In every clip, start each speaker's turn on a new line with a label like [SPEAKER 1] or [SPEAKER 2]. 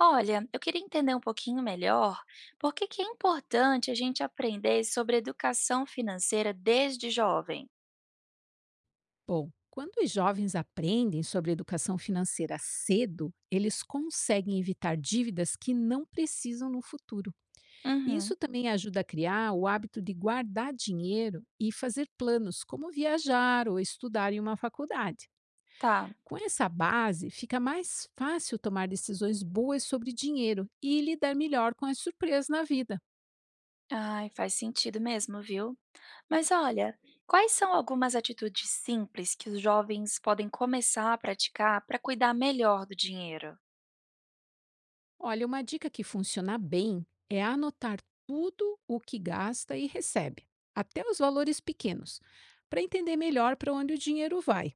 [SPEAKER 1] Olha, eu queria entender um pouquinho melhor por que que é importante a gente aprender sobre educação financeira desde jovem.
[SPEAKER 2] Bom, quando os jovens aprendem sobre educação financeira cedo, eles conseguem evitar dívidas que não precisam no futuro. E isso
[SPEAKER 1] Uhum,
[SPEAKER 2] também ajuda a criar o hábito de guardar dinheiro e fazer planos, como viajar ou estudar em uma faculdade.
[SPEAKER 1] tá.
[SPEAKER 2] Com essa base, fica mais fácil tomar decisões boas sobre dinheiro e lidar melhor com as surpresas na vida.
[SPEAKER 1] Ai, faz sentido mesmo, viu? Mas olha, quais são algumas atitudes simples que os jovens podem começar a praticar para cuidar melhor do dinheiro?
[SPEAKER 2] Olha, uma dica que funciona bem é anotar tudo o que gasta e recebe, até os valores pequenos, para entender melhor para onde o dinheiro vai.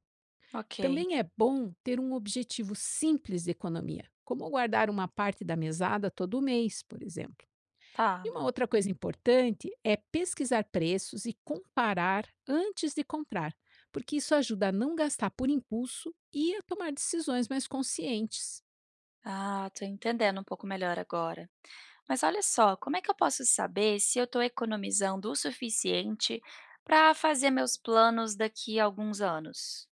[SPEAKER 1] Ok,
[SPEAKER 2] Também é bom ter um objetivo simples de economia, como guardar uma parte da mesada todo mês, por exemplo. E
[SPEAKER 1] tá.
[SPEAKER 2] uma outra coisa importante é pesquisar preços e comparar antes de comprar, porque isso ajuda a não gastar por impulso e a tomar decisões mais conscientes.
[SPEAKER 1] Ah, tô entendendo um pouco melhor agora. Mas olha só, como é que eu posso saber se eu estou economizando o suficiente para fazer meus planos daqui a alguns anos?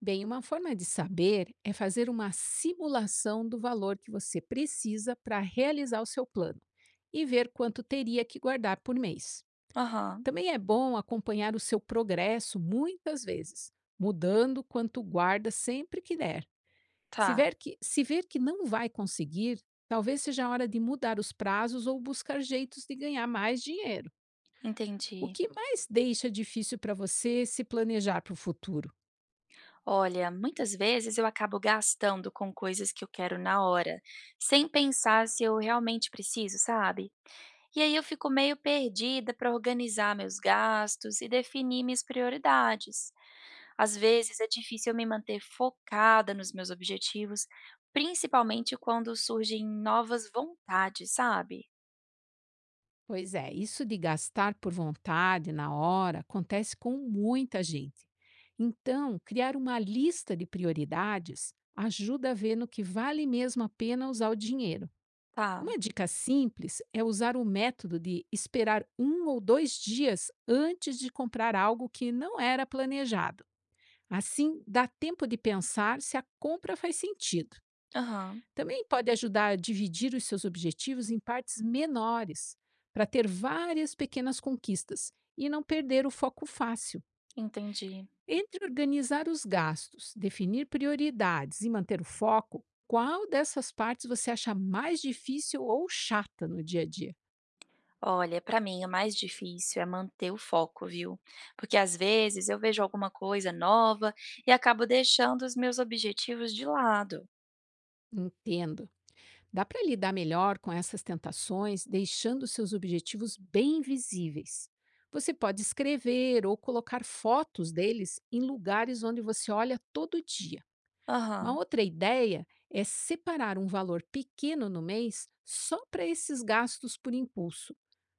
[SPEAKER 2] Bem, uma forma de saber é fazer uma simulação do valor que você precisa para realizar o seu plano e ver quanto teria que guardar por mês.
[SPEAKER 1] Aham,
[SPEAKER 2] Também é bom acompanhar o seu progresso muitas vezes, mudando quanto guarda sempre que der. Se
[SPEAKER 1] tá,
[SPEAKER 2] ver que, se ver que não vai conseguir, talvez seja a hora de mudar os prazos ou buscar jeitos de ganhar mais dinheiro. O
[SPEAKER 1] entendi.
[SPEAKER 2] que mais deixa difícil para você se planejar para o futuro?
[SPEAKER 1] Olha, muitas vezes eu acabo gastando com coisas que eu quero na hora, sem pensar se eu realmente preciso, sabe? E aí eu fico meio perdida para organizar meus gastos e definir minhas prioridades. Às vezes é difícil me manter focada nos meus objetivos, principalmente quando surgem novas vontades, sabe?
[SPEAKER 2] Pois é, isso de gastar por vontade na hora acontece com muita gente. Então, criar uma lista de prioridades ajuda a ver no que vale mesmo a pena usar o dinheiro.
[SPEAKER 1] Tá.
[SPEAKER 2] Uma dica simples é usar o método de esperar um ou dois dias antes de comprar algo que não era planejado. Assim, dá tempo de pensar se a compra faz sentido.
[SPEAKER 1] Aham,
[SPEAKER 2] Também pode ajudar a dividir os seus objetivos em partes menores, para ter várias pequenas conquistas e não perder o foco fácil.
[SPEAKER 1] entendi.
[SPEAKER 2] Entre organizar os gastos, definir prioridades e manter o foco, qual dessas partes você acha mais difícil ou chata no dia a dia?
[SPEAKER 1] Olha, pra mim o mais difícil é manter o foco, viu? Porque às vezes eu vejo alguma coisa nova e acabo deixando os meus objetivos de lado.
[SPEAKER 2] Entendo. Dá para lidar melhor com essas tentações deixando seus objetivos bem visíveis. Você pode escrever ou colocar fotos deles em lugares onde você olha todo dia. Uma
[SPEAKER 1] Aham.
[SPEAKER 2] outra ideia é separar um valor pequeno no mês só para esses gastos por impulso.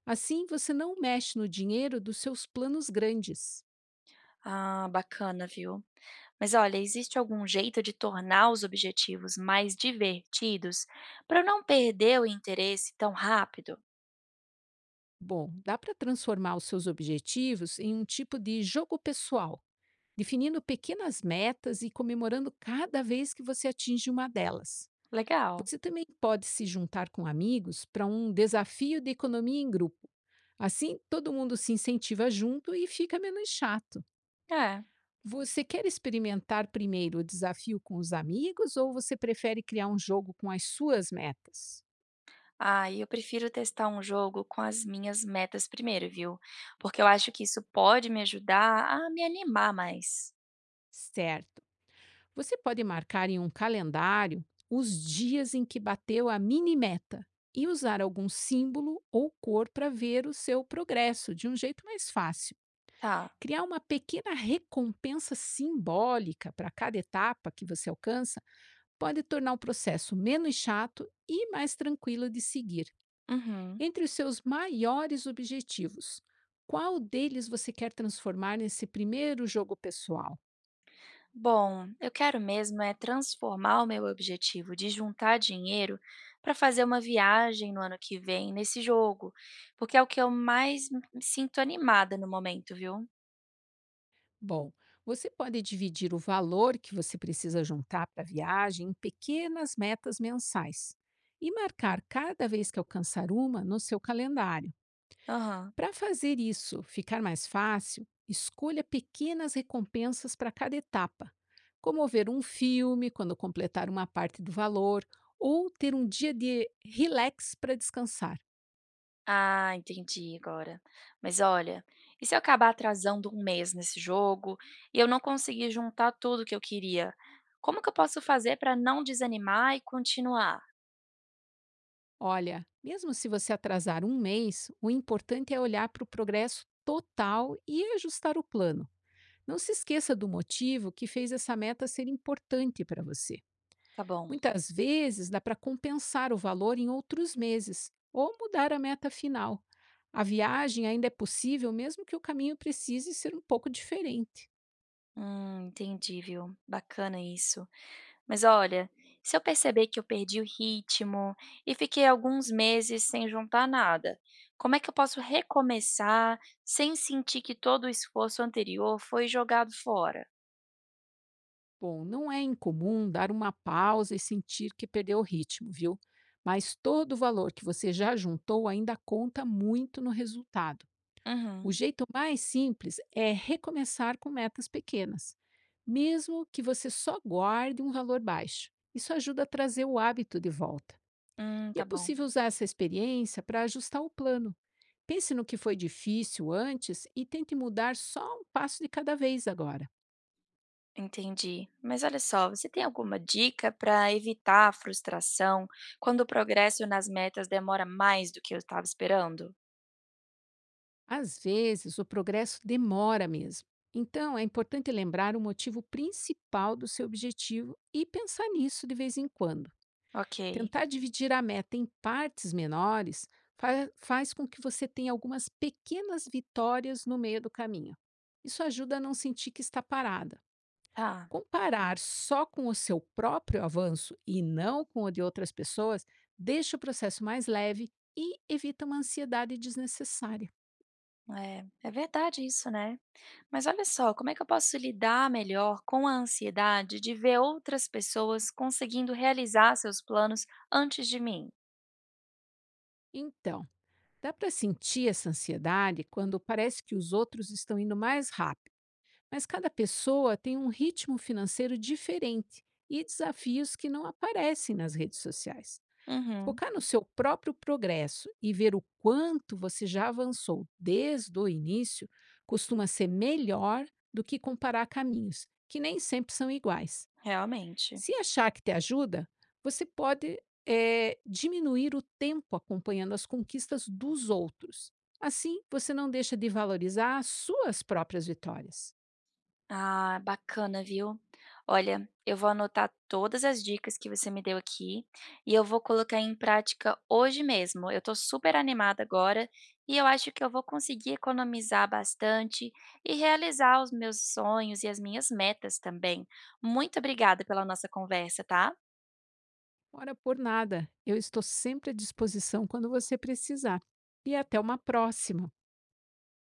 [SPEAKER 2] Assim, você não mexe no dinheiro dos seus planos grandes.
[SPEAKER 1] Ah, bacana, viu? Mas olha, existe algum jeito de tornar os objetivos mais divertidos para eu não perder o interesse tão rápido?
[SPEAKER 2] Bom, dá para transformar os seus objetivos em um tipo de jogo pessoal definindo pequenas metas e comemorando cada vez que você atinge uma delas.
[SPEAKER 1] Legal.
[SPEAKER 2] Você também pode se juntar com amigos para um desafio de economia em grupo. Assim, todo mundo se incentiva junto e fica menos chato.
[SPEAKER 1] É.
[SPEAKER 2] Você quer experimentar primeiro o desafio com os amigos ou você prefere criar um jogo com as suas metas?
[SPEAKER 1] Ah, e eu prefiro testar um jogo com as minhas metas primeiro, viu? Porque eu acho que isso pode me ajudar a me animar mais.
[SPEAKER 2] Certo. Você pode marcar em um calendário os dias em que bateu a mini meta e usar algum símbolo ou cor para ver o seu progresso de um jeito mais fácil.
[SPEAKER 1] Tá.
[SPEAKER 2] Criar uma pequena recompensa simbólica para cada etapa que você alcança pode tornar o processo menos chato e mais tranquilo de seguir.
[SPEAKER 1] Uhum.
[SPEAKER 2] Entre os seus maiores objetivos, qual deles você quer transformar nesse primeiro jogo pessoal?
[SPEAKER 1] Bom, eu quero mesmo é transformar o meu objetivo de juntar dinheiro para fazer uma viagem no ano que vem nesse jogo, porque é o que eu mais me sinto animada no momento, viu?
[SPEAKER 2] Bom, você pode dividir o valor que você precisa juntar para a viagem em pequenas metas mensais e marcar cada vez que alcançar uma no seu calendário.
[SPEAKER 1] Aham.
[SPEAKER 2] Para fazer isso ficar mais fácil, escolha pequenas recompensas para cada etapa, como ver um filme quando completar uma parte do valor ou ter um dia de relax para descansar.
[SPEAKER 1] Ah, entendi agora. Mas olha, e se eu acabar atrasando um mês nesse jogo e eu não conseguir juntar tudo que eu queria? Como que eu posso fazer para não desanimar e continuar?
[SPEAKER 2] Olha, mesmo se você atrasar um mês, o importante é olhar para o progresso total e ajustar o plano. Não se esqueça do motivo que fez essa meta ser importante para você.
[SPEAKER 1] Tá bom.
[SPEAKER 2] Muitas vezes dá para compensar o valor em outros meses ou mudar a meta final. A viagem ainda é possível, mesmo que o caminho precise ser um pouco diferente.
[SPEAKER 1] Entendi, viu? Bacana isso. Mas olha, se eu perceber que eu perdi o ritmo e fiquei alguns meses sem juntar nada, como é que eu posso recomeçar sem sentir que todo o esforço anterior foi jogado fora?
[SPEAKER 2] Bom, não é incomum dar uma pausa e sentir que perdeu o ritmo, viu? Mas todo o valor que você já juntou ainda conta muito no resultado. O
[SPEAKER 1] Uhum.
[SPEAKER 2] jeito mais simples é recomeçar com metas pequenas, mesmo que você só guarde um valor baixo. Isso ajuda a trazer o hábito de volta. E é
[SPEAKER 1] Tá bom.
[SPEAKER 2] possível usar essa experiência para ajustar o plano. Pense no que foi difícil antes e tente mudar só um passo de cada vez agora.
[SPEAKER 1] Entendi. Mas olha só, você tem alguma dica para evitar a frustração quando o progresso nas metas demora mais do que eu estava esperando?
[SPEAKER 2] Às vezes, o progresso demora mesmo. Então, é importante lembrar o motivo principal do seu objetivo e pensar nisso de vez em quando.
[SPEAKER 1] Ok,
[SPEAKER 2] Tentar dividir a meta em partes menores faz com que você tenha algumas pequenas vitórias no meio do caminho. Isso ajuda a não sentir que está parada.
[SPEAKER 1] tá.
[SPEAKER 2] Comparar só com o seu próprio avanço e não com o de outras pessoas deixa o processo mais leve e evita uma ansiedade desnecessária.
[SPEAKER 1] É, é verdade isso, né? Mas olha só, como é que eu posso lidar melhor com a ansiedade de ver outras pessoas conseguindo realizar seus planos antes de mim?
[SPEAKER 2] Então, dá para sentir essa ansiedade quando parece que os outros estão indo mais rápido, mas cada pessoa tem um ritmo financeiro diferente e desafios que não aparecem nas redes sociais.
[SPEAKER 1] Uhum,
[SPEAKER 2] Focar no seu próprio progresso e ver o quanto você já avançou desde o início costuma ser melhor do que comparar caminhos, que nem sempre são iguais.
[SPEAKER 1] realmente.
[SPEAKER 2] Se achar que te ajuda, você pode diminuir o tempo acompanhando as conquistas dos outros. Assim, você não deixa de valorizar as suas próprias vitórias.
[SPEAKER 1] Ah, bacana, viu? Olha, eu vou anotar todas as dicas que você me deu aqui e eu vou colocar em prática hoje mesmo. Eu tô super animada agora e eu acho que eu vou conseguir economizar bastante e realizar os meus sonhos e as minhas metas também. Muito obrigada pela nossa conversa, tá?
[SPEAKER 2] Ora por nada, eu estou sempre à disposição quando você precisar. E até uma próxima!